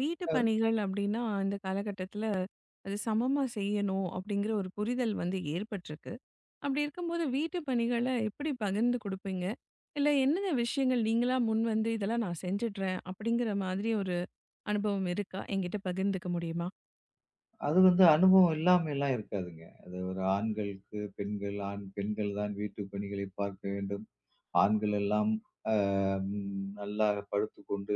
வீட்டு பணிகள் அப்படின்னா இந்த காலகட்டத்தில் அது சமமாக செய்யணும் அப்படிங்கிற ஒரு புரிதல் வந்து ஏற்பட்டிருக்கு. அப்படி இருக்கும்போது வீட்டு பணிகளை எப்படி பகிர்ந்து கொடுப்பீங்க? இல்லை என்னென்ன விஷயங்கள் நீங்களா முன் வந்து இதெல்லாம் நான் செஞ்சிடுறேன் அப்படிங்கிற மாதிரி ஒரு அனுபவம் இருக்கா? என்கிட்ட பகிர்ந்துக்க முடியுமா? அது வந்து அனுபவம் இல்லாமைலாம் இருக்காதுங்க. அது ஒரு ஆண்களுக்கு பெண்கள், ஆண் பெண்கள் தான் வீட்டு பணிகளை பார்க்க வேண்டும். ஆண்கள் எல்லாம் அ ம் நல்லா படுத்துக்கொண்டு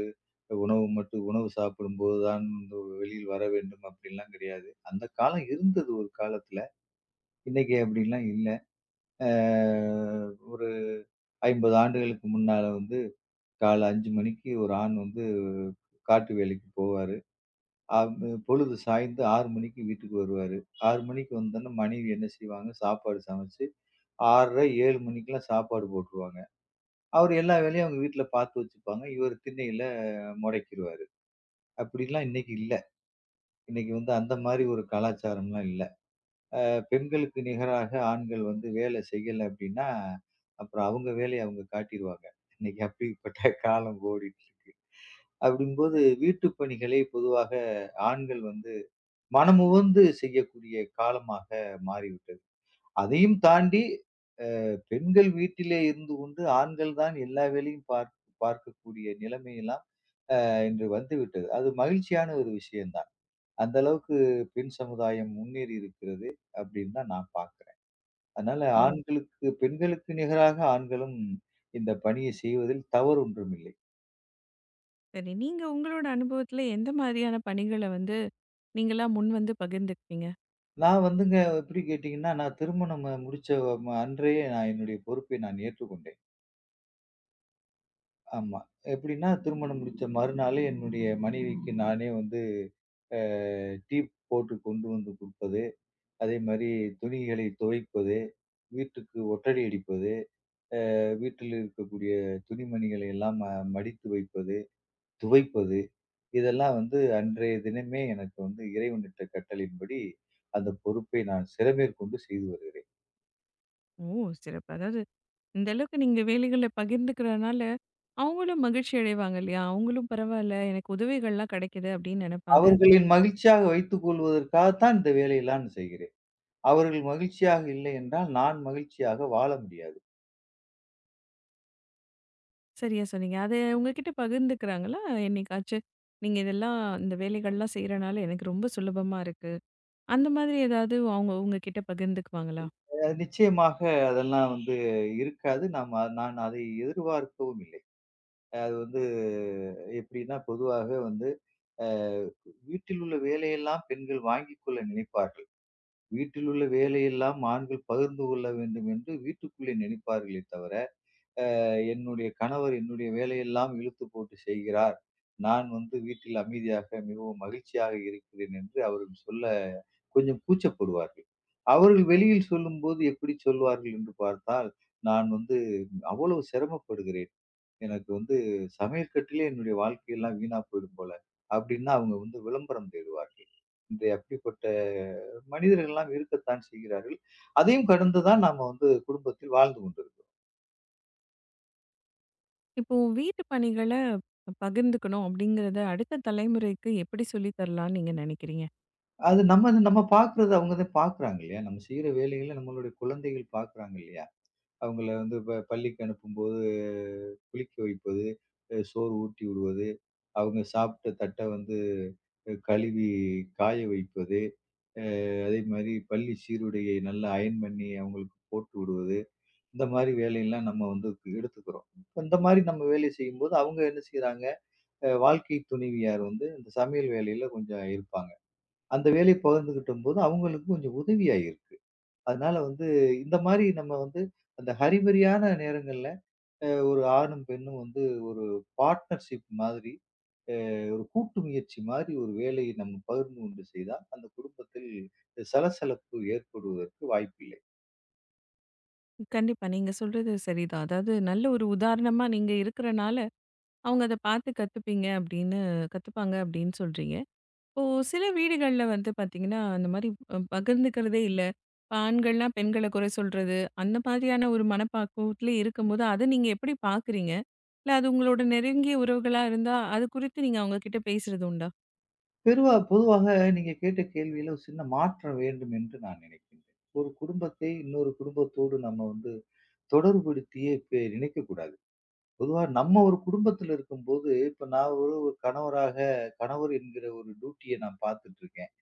உணவு மட்டும் உணவு சாப்பிடும்போது தான் வந்து வெளியில் வர வேண்டும் அப்படிலாம் கிடையாது. அந்த காலம் இருந்தது ஒரு காலத்துல. இன்னைக்கு அப்படிலாம் இல்ல. அ ஒரு 50 ஆண்டுகளுக்கு முன்னால வந்து காலை 5 மணிக்கு ஒரு ஆண் வந்து காட்டு வேலைக்கு போவாரு. அப் பொழுது சாய்ந்து 6 மணிக்கு வீட்டுக்கு வருவாரு. 6 மணிக்கு வந்தோனே மனைவி என்ன செய்வாங்க, சாப்பாடு சமைச்சு 6:30, 7 மணிக்கெல்லாம் சாப்பாடு போட்டுருவாங்க. அவரு எல்லா வேலையும் அவங்க வீட்ல பார்த்து வச்சுப்பாங்க. இவரு திண்ணையில முடக்கிருவாரு. அப்படிலாம் இன்னைக்கு இல்ல. இன்னைக்கு வந்து அந்த மாரி ஒரு கலாச்சாரம்லாம் இல்ல. பெண்களுக்கு நிகராக ஆண்கள் வந்து வேலை செய்யல அப்படின்னா, அப்புறம் அவங்க வேலைய அவங்க காட்டிருவாங்க. இன்னைக்கு அப்படிப்பட்ட காலம் ஓடிட்டு இருக்கு. அப்படிங்கும்போது வீட்டு பணிகளை பொதுவாக ஆண்கள் வந்து மனமுவந்து செய்யக்கூடிய காலமாக மாறிவிட்டது. அதையும் தாண்டி பெண்கள் வீட்டிலே இருந்து கொண்டு ஆண்கள் தான் எல்லா வேலையும் பார்க்கக்கூடிய நிலைமையெல்லாம் இன்று வந்துவிட்டது. அது மகிழ்ச்சியான ஒரு விஷயம் தான். அந்த அளவுக்கு பெண் சமுதாயம் முன்னேறி இருக்கிறது அப்படின்னு தான் நான் பார்க்கிறேன். அதனால ஓ, ஆண்களுக்கு பெண்களுக்கு நிகராக ஆண்களும் இந்த பணியை செய்வதில் தவறு ஒன்றும் இல்லை. சரி. நீங்கள் உங்களோட அனுபவத்தில் எந்த மாதிரியான பணிகளை வந்து நீங்களா முன் வந்து பகிர்ந்துக்குவீங்க? நான் வந்துங்க எப்படி கேட்டீங்கன்னா, நான் திருமணம் முடிச்ச அன்றையே நான் என்னுடைய பொறுப்பை நான் ஏற்றுக்கொண்டேன். ஆமா. எப்படின்னா, திருமணம் முடிச்ச மறுநாளே என்னுடைய மனைவிக்கு நானே வந்து அ டீ போட்டு கொண்டு வந்து குடுப்பது. அதே மாரி துணிகளை துவைப்பது, வீட்டுக்கு ஒட்டடை அடிப்பது, வீட்டில் இருக்கக்கூடிய துணிமணிகளை எல்லாம் மடித்து வைப்பது, துவைப்பது. இதெல்லாம் வந்து அன்றைய தினமே எனக்கு வந்து இறைவனிட்ட கட்டளையின்படி அந்த பொறுப்பை நான் சிறமேற்கொண்டு செய்து வருகிறேன். ஓ! சிறப்பு. அதாவது, இந்த அளவுக்கு நீங்க வேலைகள பகிர்ந்துக்கிறனால, அவங்களும் மகிழ்ச்சி அடைவாங்க இல்லையா? அவங்களும் பரவாயில்ல, எனக்கு உதவிகள்லாம் கிடைக்குது அப்படின்னு நெனைப்பாங்க. அவர்களின் மகிழ்ச்சியாக வைத்துக் கொள்வதற்காகத்தான் இந்த வேலையெல்லாம் செய்கிறேன். அவர்கள் மகிழ்ச்சியாக இல்லை என்றால் நான் மகிழ்ச்சியாக வாழ முடியாது. சரியா சொன்னீங்க. அத உங்ககிட்ட பகிர்ந்துக்கிறாங்களா? என்னைக்காச்சு நீங்க இதெல்லாம் இந்த வேலைகள்லாம் செய்றனால எனக்கு ரொம்ப சுலபமா இருக்கு. அந்த மாதிரி ஏதாவது அவங்க உங்ககிட்ட பகிர்ந்துக்குவாங்களா? நிச்சயமாக அதெல்லாம் வந்து இருக்காது. நான் அதை எதிர்பார்க்கவும் இல்லை. அது வந்து எப்படின்னா, பொதுவாக வந்து அ வீட்டில் உள்ள வேலையெல்லாம் பெண்கள் வாங்கிக் கொள்ள நினைப்பார்கள். வீட்டில் உள்ள வேலையெல்லாம் ஆண்கள் பகிர்ந்து கொள்ள வேண்டும் என்று வீட்டுக்குள்ளே நினைப்பார்களே தவிர, என்னுடைய கணவர் என்னுடைய வேலையெல்லாம் இழுத்து போட்டு செய்கிறார். நான் வந்து வீட்டில் அமைதியாக மிகவும் மகிழ்ச்சியாக இருக்கிறேன் என்று அவர்கள் சொல்ல கொஞ்சம் கூச்சப்படுவார்கள். அவர்கள் வெளியில் சொல்லும்போது எப்படி சொல்வார்கள் என்று பார்த்தால், நான் வந்து அவ்வளவு சிரமப்படுகிறேன். எனக்கு வந்து சமையல் கட்டிலே என்னுடைய வாழ்க்கையெல்லாம் வீணா போயிடும் போல. அப்படின்னு அவங்க வந்து விளம்பரம் தேடுவார்கள். இந்த அப்படிப்பட்ட மனிதர்கள் எல்லாம் இருக்கத்தான் செய்கிறார்கள். அதையும் கடந்து தான் நாம வந்து குடும்பத்தில் வாழ்ந்து கொண்டிருக்கிறோம். இப்போ வீட்டு பணிகள பகிர்ந்துக்கணும் அப்படிங்கிறத அடுத்த தலைமுறைக்கு எப்படி சொல்லி தரலான்னு நீங்க நெனைக்கிறீங்க? அது நம்ம நம்ம பார்க்கிறது அவங்க தான் பார்க்கிறாங்க இல்லையா? நம்ம செய்ற வேலைகள நம்மளுடைய குழந்தைகள் பார்க்கிறாங்க இல்லையா? அவங்கள வந்து பள்ளிக்கு அனுப்பும்போது குளிக்க வைப்பது, சோறு ஊட்டி விடுவது, அவங்க சாப்பிட்ட தட்ட வந்து கழுவி காய வைப்பது, அ அதே மாதிரி பள்ளி சீருடையை நல்லா அயர்ன் பண்ணி அவங்களுக்கு போட்டு விடுவது, இந்த மாதிரி வேலையெல்லாம் நம்ம வந்து எடுத்துக்கிறோம். இப்ப இந்த மாதிரி நம்ம வேலையை செய்யும்போது அவங்க என்ன செய்றாங்க, வாழ்க்கை துணைவியார் வந்து இந்த சமையல் வேலையில கொஞ்சம் இருப்பாங்க. அந்த வேலையை பகிர்ந்துக்கிட்டம்போது அவங்களுக்கு கொஞ்சம் உதவியா இருக்கு. அதனால வந்து இந்த மாதிரி நம்ம வந்து அந்த ஹரிபரியான நேரங்கள்ல ஒரு ஆணும் பெண்ணும் வந்து ஒரு பார்ட்னர்ஷிப் மாதிரி, ஒரு கூட்டு முயற்சி மாதிரி ஒரு வேலையை நம்ம பகிர்ந்து கொண்டு செய்தால், அந்த குடும்பத்தில் சலசலப்பு ஏற்படுவதற்கு வாய்ப்பில்லை. கண்டிப்பா. நீங்க சொல்றது சரிதான். அதாவது நல்ல ஒரு உதாரணமா நீங்க இருக்கிறனால அவங்க அத பார்த்து கத்துப்பீங்க அப்படின்னு கத்துப்பாங்க அப்படின்னு சொல்றீங்க. இப்போ சில வீடுகள்ல வந்து பார்த்தீங்கன்னா, அந்த மாரி அ பகிர்ந்துக்கிறதே இல்ல. இப்ப ஆண்கள்லாம் பெண்கள குறை சொல்றது, அந்த மாதிரியான ஒரு மனப்பாக்குவத்திலே இருக்கும்போது, அத நீங்க எப்படி பார்க்குறீங்க? இல்ல அது உங்களோட நெருங்கிய உறவுகளா இருந்தா, அது குறித்து நீங்க அவங்க கிட்ட பேசுறது உண்டா? பொதுவாக நீங்க கேட்ட கேள்வியில ஒரு சின்ன மாற்றம் வேண்டும் என்று நான் நினைக்கின்றேன். ஒரு குடும்பத்தை இன்னொரு குடும்பத்தோடு நம்ம வந்து தொடர்புபடுத்தியே நினைக்கக்கூடாது. பொதுவா நம்ம ஒரு குடும்பத்துல இருக்கும்போது, இப்ப நான் ஒரு ஒரு கணவராக கணவர் என்கிற ஒரு டியூட்டிய நான் பார்த்துட்டுருக்கேன்.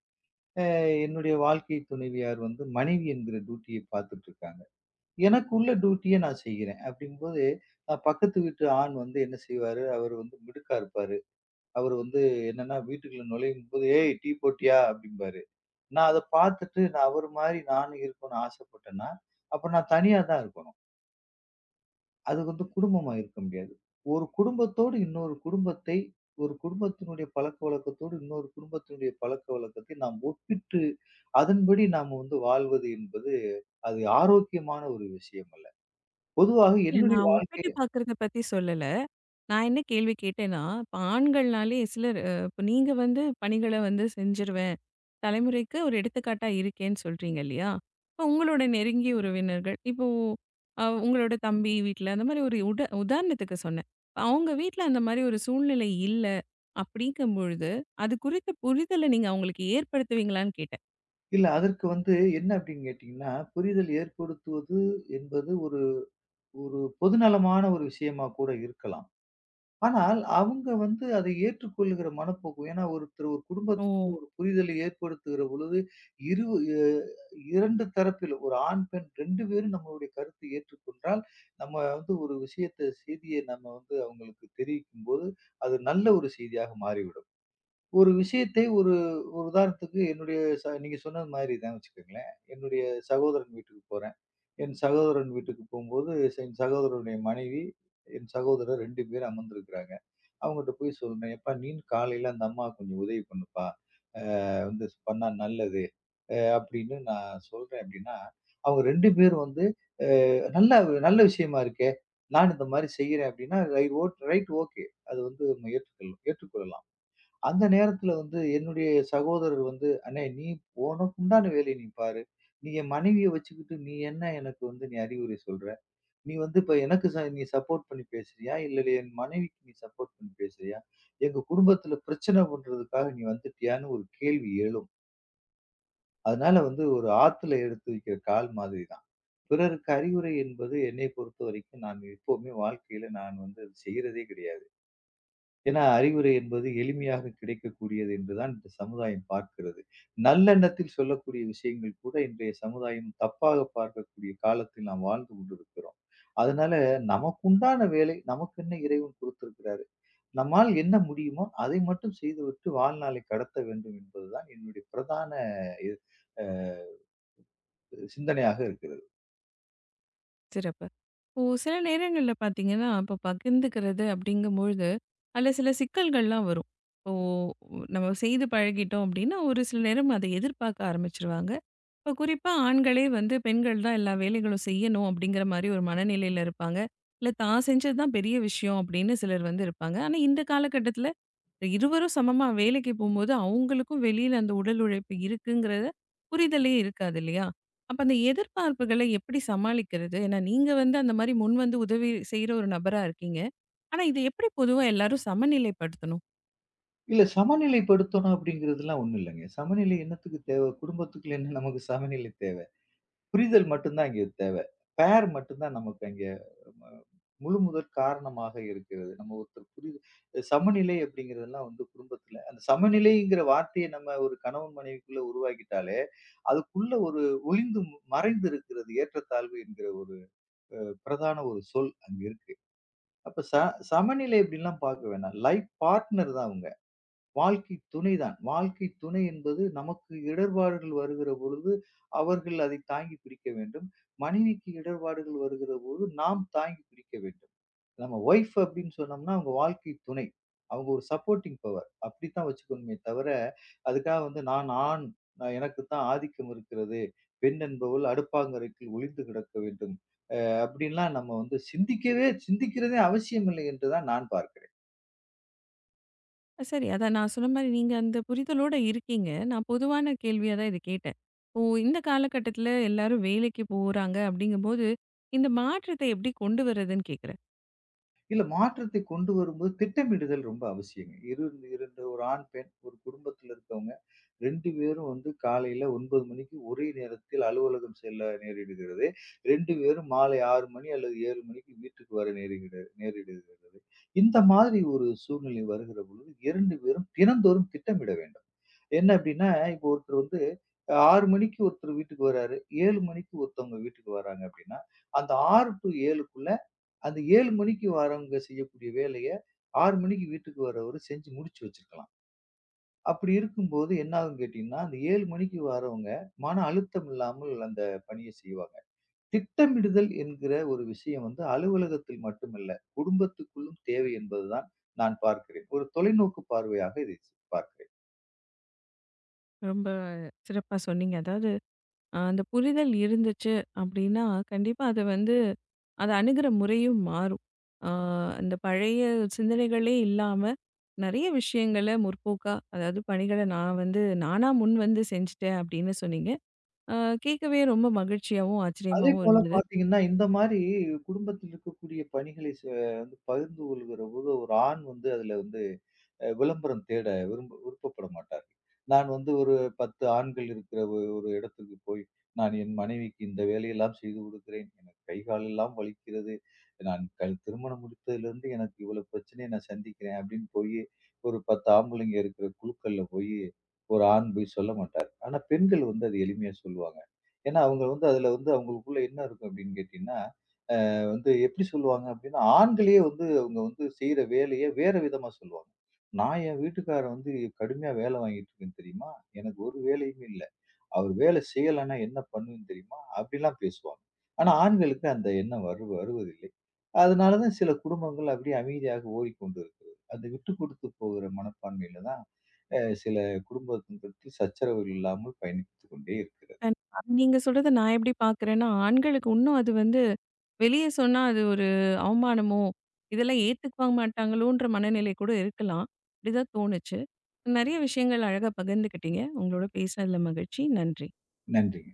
அ என்னுடைய வாழ்க்கை துணைவியார் வந்து மனைவி என்கிற டியூட்டிய பார்த்துட்டு இருக்காங்க. எனக்குள்ள டியூட்டிய நான் செய்கிறேன். அப்படிங்கும்போது, பக்கத்து வீட்டு ஆண் வந்து என்ன செய்வாரு, அவரு வந்து மிடுக்கா இருப்பாரு. அவரு வந்து என்னன்னா வீட்டுக்குள்ள நுழையும்போது, "ஏய் டீ போட்டியா?" அப்படிம்பாரு. நான் அத பார்த்துட்டு நான் அவரு மாரி நானும் இருக்கணும்னு ஆசைப்பட்டேன்னா, அப்ப நான் தனியா தான் இருக்கணும். அது வந்து குடும்பமா இருக்க முடியாது. ஒரு குடும்பத்தோடு இன்னொரு குடும்பத்தை, ஒரு குடும்பத்தினுடைய பழக்கவழக்கத்தோடு இன்னொரு குடும்பத்தினுடைய பழக்கவழக்கத்தை நாம் ஒப்பிட்டு, அதன்படி நாம் வந்து வாழ்வது என்பது, அது ஆரோக்கியமான ஒரு விஷயம் அல்ல. பொதுவாக இல்ல என்னுடைய நான் வாழ்க்கை ஒப்பிட்டு பார்க்கறத பத்தி சொல்லல. நான் என்ன கேள்வி கேட்டேன்னா, இப்ப ஆண்கள்னாலே சிலர் அ இப்ப நீங்க வந்து பணிகள வந்து செஞ்சுருவேன். தலைமுறைக்கு ஒரு எடுத்துக்காட்டா இருக்கேன்னு சொல்றீங்க இல்லையா? இப்ப உங்களோட நெருங்கிய உறவினர்கள், இப்போ அ உங்களோட தம்பி வீட்ல அந்த மாரி ஒரு உட உதாரணத்துக்கு சொன்னேன். அவங்க வீட்ல அந்த மாரி ஒரு சூழ்நிலை இல்ல. அப்படிங்கும் பொழுது, அது குறித்த புரிதல நீங்க அவங்களுக்கு ஏற்படுத்துவீங்களான்னு கேட்டேன். இல்ல அதற்கு வந்து என்ன அப்படின்னு கேட்டீங்கன்னா, புரிதல் ஏற்படுத்துவது என்பது ஒரு ஒரு பொதுநலமான ஒரு விஷயமா கூட இருக்கலாம். ஆனால், அவங்க வந்து அதை ஏற்றுக்கொள்ளுகிற மனப்போக்கு ஏன்னா ஒருத்தர் ஒரு ஓ! குடும்பத்துக்கு ஒரு புரிதலை ஏற்படுத்துகிற பொழுது, இரு எ 2 தரப்பிலும் ஒரு ஆண், பெண் 2 பேரும் நம்மளுடைய கருத்தை ஏற்றுக்கொண்டால், நம்ம வந்து ஒரு செய்திய நம்ம வந்து அவங்களுக்கு தெரிவிக்கும்போது, அது நல்ல ஒரு செய்தியாக மாறிவிடும். ஒரு விஷயத்தை ஒரு ஒரு உதாரணத்துக்கு என்னுடைய ச நீங்க சொன்னது மாரி தான் வச்சுக்கங்களேன். என்னுடைய சகோதரன் வீட்டுக்கு போறேன். என் சகோதரன் வீட்டுக்கு போம்போது, என் சகோதரனுடைய மனைவி, என் சகோதரர் 2 பேர் அமர்ந்திருக்கிறாங்க. அவங்ககிட்ட போய் சொல்றேன், "எப்பா நீ காலையில அந்த அம்மாவுக்கு கொஞ்சம் உதவி பண்ணுப்பா. வந்து பண்ணா நல்லது." அப்படின்னு நான் சொல்றேன் அப்படின்னா, அவங்க 2 பேரும் வந்து "நல்லா நல்ல விஷயமா இருக்கே! நான் இந்த மாரி செய்றேன்." அப்படின்னா ரைட் ஓகே. அது வந்து நம்ம ஏற்றுக்கொள்ளலாம். அந்த நேரத்துல வந்து என்னுடைய சகோதரர் வந்து, "அண்ணே நீ உனக்குண்டான வேலைய நீ பாரு. நீ என் மனைவிய வச்சுக்கிட்டு நீ என்ன எனக்கு வந்து நீ அறிவுரை சொல்ற? நீ வந்து இப்ப எனக்கு ச நீ சப்போர்ட் பண்ணி பேசுறியா? இல்ல என் மனைவிக்கு நீ சப்போர்ட் பண்ணி பேசுறியா? எங்க குடும்பத்துல பிரச்சனை பண்றதுக்காக நீ வந்துட்டியான்னு" ஒரு கேள்வி எழும். அதனால வந்து ஒரு ஆத்துல எடுத்து வைக்கிற கால் மாதிரி தான். பிறருக்கு அறிவுரை என்பது என்னை பொறுத்தவரைக்கும் நான் எப்பவுமே வாழ்க்கையில நான் வந்து அது செய்யறதே கிடையாது. ஏன்னா, அறிவுரை என்பது எளிமையாக கிடைக்கக்கூடியது என்றுதான் இந்த சமுதாயம் பார்க்கிறது. நல்லெண்ணத்தில் சொல்லக்கூடிய விஷயங்கள் கூட இன்றைய சமுதாயம் தப்பாக பார்க்கக்கூடிய காலத்தில் நாம் வாழ்ந்து கொண்டிருக்கிறோம். அதனால நமக்குண்டான வேலை நமக்கு என்ன இறைவன் கொடுத்திருக்கிறாரு. நம்மால் என்ன முடியுமோ அதை மட்டும் செய்துவிட்டு வாழ்நாளை கடத்த வேண்டும் என்பதுதான் என்னுடைய பிரதான இ அ சிந்தனையாக இருக்கிறது. சிறப்பு. இப்போ சில நேரங்கள்ல பார்த்தீங்கன்னா, இப்போ பகிர்ந்துக்கிறது அப்படிங்கும்பொழுது, அதில சில சிக்கல்கள்லாம் வரும். இப்போ நம்ம செய்து பழகிட்டோம் அப்படின்னா, ஒரு சில நேரம் அதை எதிர்பார்க்க ஆரம்பிச்சுருவாங்க. இப்ப குறிப்பா ஆண்களே வந்து பெண்கள் தான் எல்லா வேலைகளும் செய்யணும் அப்படிங்கிற மாதிரி ஒரு மனநிலையில இருப்பாங்க. இல்ல தான் செஞ்சது தான் பெரிய விஷயம் அப்படின்னு சிலர் வந்து இருப்பாங்க. ஆனா இந்த காலகட்டத்தில இருவரும் சமமா வேலைக்கு போம்போது அவங்களுக்கும் வெளியில அந்த உடல் உழைப்பு இருக்குங்கிறத புரிதலே இருக்காது இல்லையா? அப்ப அந்த எதிர்பார்ப்புகள எப்படி சமாளிக்கிறது? ஏன்னா நீங்க வந்து அந்த மாதிரி முன் வந்து உதவி செய்ற ஒரு நபரா இருக்கீங்க. ஆனா இத எப்படி பொதுவா எல்லாரும் சமநிலைப்படுத்தணும்? இல்ல சமநிலைப்படுத்தணும் அப்படிங்கிறதுலாம் ஒண்ணும் இல்லங்க. சமநிலை என்னத்துக்கு தேவை? குடும்பத்துக்குள்ள என்ன நமக்கு சமநிலை தேவை? புரிதல் மட்டும் தான் இங்க தேவை. பேர் மட்டும் தான் நமக்கு அங்க ம முழு முதற் காரணமாக இருக்கிறது. நம்ம ஒருத்தர் புரிது சமநிலை அப்படிங்கிறதெல்லாம் வந்து குடும்பத்தில அந்த சமநிலைங்கிற வார்த்தைய நம்ம ஒரு கணவன் மனைவிக்குள்ள உருவாக்கிட்டாலே, அதுக்குள்ள ஒரு மறைந்து இருக்கிறது ஏற்றத்தாழ்வு என்கிற ஒரு அ பிரதான ஒரு சொல் அங்க இருக்கு. அப்ப ச சமநிலை அப்படின்லாம் பார்க்க வேணாம். லைஃப் பார்ட்னர் தான் அவங்க. வாழ்க்கை துணைதான். வாழ்க்கை துணை என்பது நமக்கு இடர்பாடுகள் வருகிற பொழுது, அவர்கள் அதை தாங்கி பிடிக்க வேண்டும். மனைவிக்கு இடர்பாடுகள் வருகிற போது, நாம் தாங்கி பிடிக்க வேண்டும். நம்ம ஒய்ஃப் அப்படின்னு சொன்னோம்னா, அவங்க வாழ்க்கை துணை. அவங்க ஒரு சப்போர்ட்டிங் பவர். அப்படித்தான் வச்சுக்கணுமே தவிர, அதுக்காக வந்து நான் ஆண், நான் எனக்கு தான் ஆதிக்கம் இருக்கிறது. பெண் என்பவள் அடுப்பாங்கரைக்குள் ஒளிந்து கிடக்க வேண்டும். அப்படின்லாம் நம்ம வந்து சிந்திக்கவே சிந்திக்கிறதே அவசியம் இல்லை என்று தான் நான் பார்க்கிறேன். சரி. அதான் நான் சொன்ன மாரி நீங்க அந்த புரிதலோட இருக்கீங்க. நான் பொதுவான கேள்வியா தான் இத கேட்டேன். ஓ! இந்த காலகட்டத்தில எல்லாரும் வேலைக்கு போறாங்க அப்படிங்கும்போது, இந்த மாற்றத்த எப்படி கொண்டு வரதுன்னு கேட்கிறேன். இல்ல மாற்றத்தை கொண்டு வரும்போது திட்டமிடுதல் ரொம்ப அவசியங்க. இரு இரண்டு ஒரு ஆண், பெண் ஒரு குடும்பத்துல இருக்கவங்க 2 பேரும் வந்து காலையில 9 மணிக்கு ஒரே நேரத்தில் அலுவலகம் செல்ல நேரிடுகிறது. 2 பேரும் மாலை 6 மணி அல்லது 7 மணிக்கு வீட்டுக்கு வர நேரிடுகிறது. இந்த மாதிரி ஒரு சூழ்நிலை வருகிற பொழுது 2 பேரும் தினந்தோறும் திட்டமிட வேண்டும். என்ன அப்படின்னா, இப்போ ஒருத்தர் வந்து 6 மணிக்கு ஒருத்தர் வீட்டுக்கு வராரு. 7 மணிக்கு ஒருத்தவங்க வீட்டுக்கு வராங்க அப்படின்னா, அந்த 6 டூ 7க்குள்ள அந்த 7 மணிக்கு வரவங்க செய்யக்கூடிய வேலைய 6 மணிக்கு வீட்டுக்கு வரவரு செஞ்சு முடிச்சு வச்சிருக்கலாம். அப்படி இருக்கும்போது என்ன ஆகும்ன்னு கேட்டீங்கன்னா, அந்த 7 மணிக்கு வரவங்க மன அழுத்தம் இல்லாமல் அந்த பணிய செய்வாங்க. திட்டமிடுதல் என்கிற ஒரு விஷயம் வந்து அலுவலகத்தில் மட்டுமல்ல, குடும்பத்துக்குள்ளும் தேவை என்பதுதான் நான் பார்க்கிறேன். ஒரு தொலைநோக்கு பார்வையாக இதை பார்க்கிறேன். ரொம்ப சிறப்பா சொன்னீங்க. அதாவது அ அந்த புரிதல் இருந்துச்சு அப்படின்னா, கண்டிப்பா அத வந்து அத அணுகுற முறையும் மாறும். ஆ அந்த பழைய சிந்தனைகளே இல்லாம, நெறைய விஷயங்கள முற்போக்கா அதாவது பணிகள நான் வந்து நானா முன் வந்து செஞ்சுட்டேன் அப்படின்னு சொன்னீங்க. அ கேட்கவே ரொம்ப மகிழ்ச்சியாவும், ஆச்சரியமாவும் அதேபோல இருந்தது. பார்த்தீங்கன்னா, இந்த மாரி குடும்பத்தில் இருக்கக்கூடிய பணிகளை வந்து பகிர்ந்து கொள்கிற போது ஒரு ஆண் வந்து அதுல வந்து விளம்பரம் தேட விருப்பப்பட மாட்டார்கள். நான் வந்து ஒரு 10 ஆண்கள் இருக்கிற ஒரு இடத்துக்கு போய், நான் என் மனைவிக்கு இந்த வேலையெல்லாம் செய்து கொடுக்கிறேன். எனக்கு கை கால் எல்லாம் வலிக்கிறது. நான் கல் திருமணம் முடித்ததிலிருந்து எனக்கு இவ்வளவு பிரச்சனைய நான் சந்திக்கிறேன் அப்படின்னு போயி, ஒரு 10 ஆம்பளைங்க இருக்கிற குழுக்கள்ல போயி, ஒரு ஆண் போய் சொல்ல மாட்டார். ஆனா பெண்கள் வந்து அது எளிமையா சொல்லுவாங்க. ஏன்னா அவங்க வந்து அதுல வந்து அவங்களுக்குள்ள என்ன இருக்கும் அப்படின்னு கேட்டீங்கன்னா, வந்து எப்படி சொல்லுவாங்க அப்படின்னா, ஆண்களே வந்து அவங்க வந்து செய்ற வேலைய வேற விதமா சொல்லுவாங்க. நான் என் வீட்டுக்காரர் வந்து கடுமையா வேல வாங்கிட்டு இருக்கேன் தெரியுமா? எனக்கு ஒரு வேலையும் இல்ல. அவர் வேலை செய்யலன்னா என்ன பண்ணுவேன் தெரியுமா? அப்படிலாம் பேசுவாங்க. ஆனா ஆண்களுக்கு அந்த எண்ணம் வருவதில்லை. அதனால தான் சில குடும்பங்கள் அப்படியே அமைதியாக ஓடிக்கொண்டு இருக்கிறது. அந்த விட்டு கொடுத்து போகிற மனப்பான்மையில தான் சில குடும்பத்தினருக்கு சச்சரவுகள் இல்லாமல் பயணித்துக் கொண்டே இருக்கிறது. கண்டிப்பா. நீங்க சொல்றத நான் எப்படி பார்க்குறேன்னா, ஆண்களுக்கு இன்னும் அது வந்து வெளிய சொன்னா அது ஒரு அவமானமோ, இதெல்லாம் ஏத்துக்க மாட்டாங்களோன்ற மனநிலை கூட இருக்கலாம். அப்படிதான் தோணுச்சு. நெறைய விஷயங்கள் அழகா பகிர்ந்துக்கிட்டீங்க. உங்களோட பேசினதுல மகிழ்ச்சி. நன்றி. நன்றிங்க.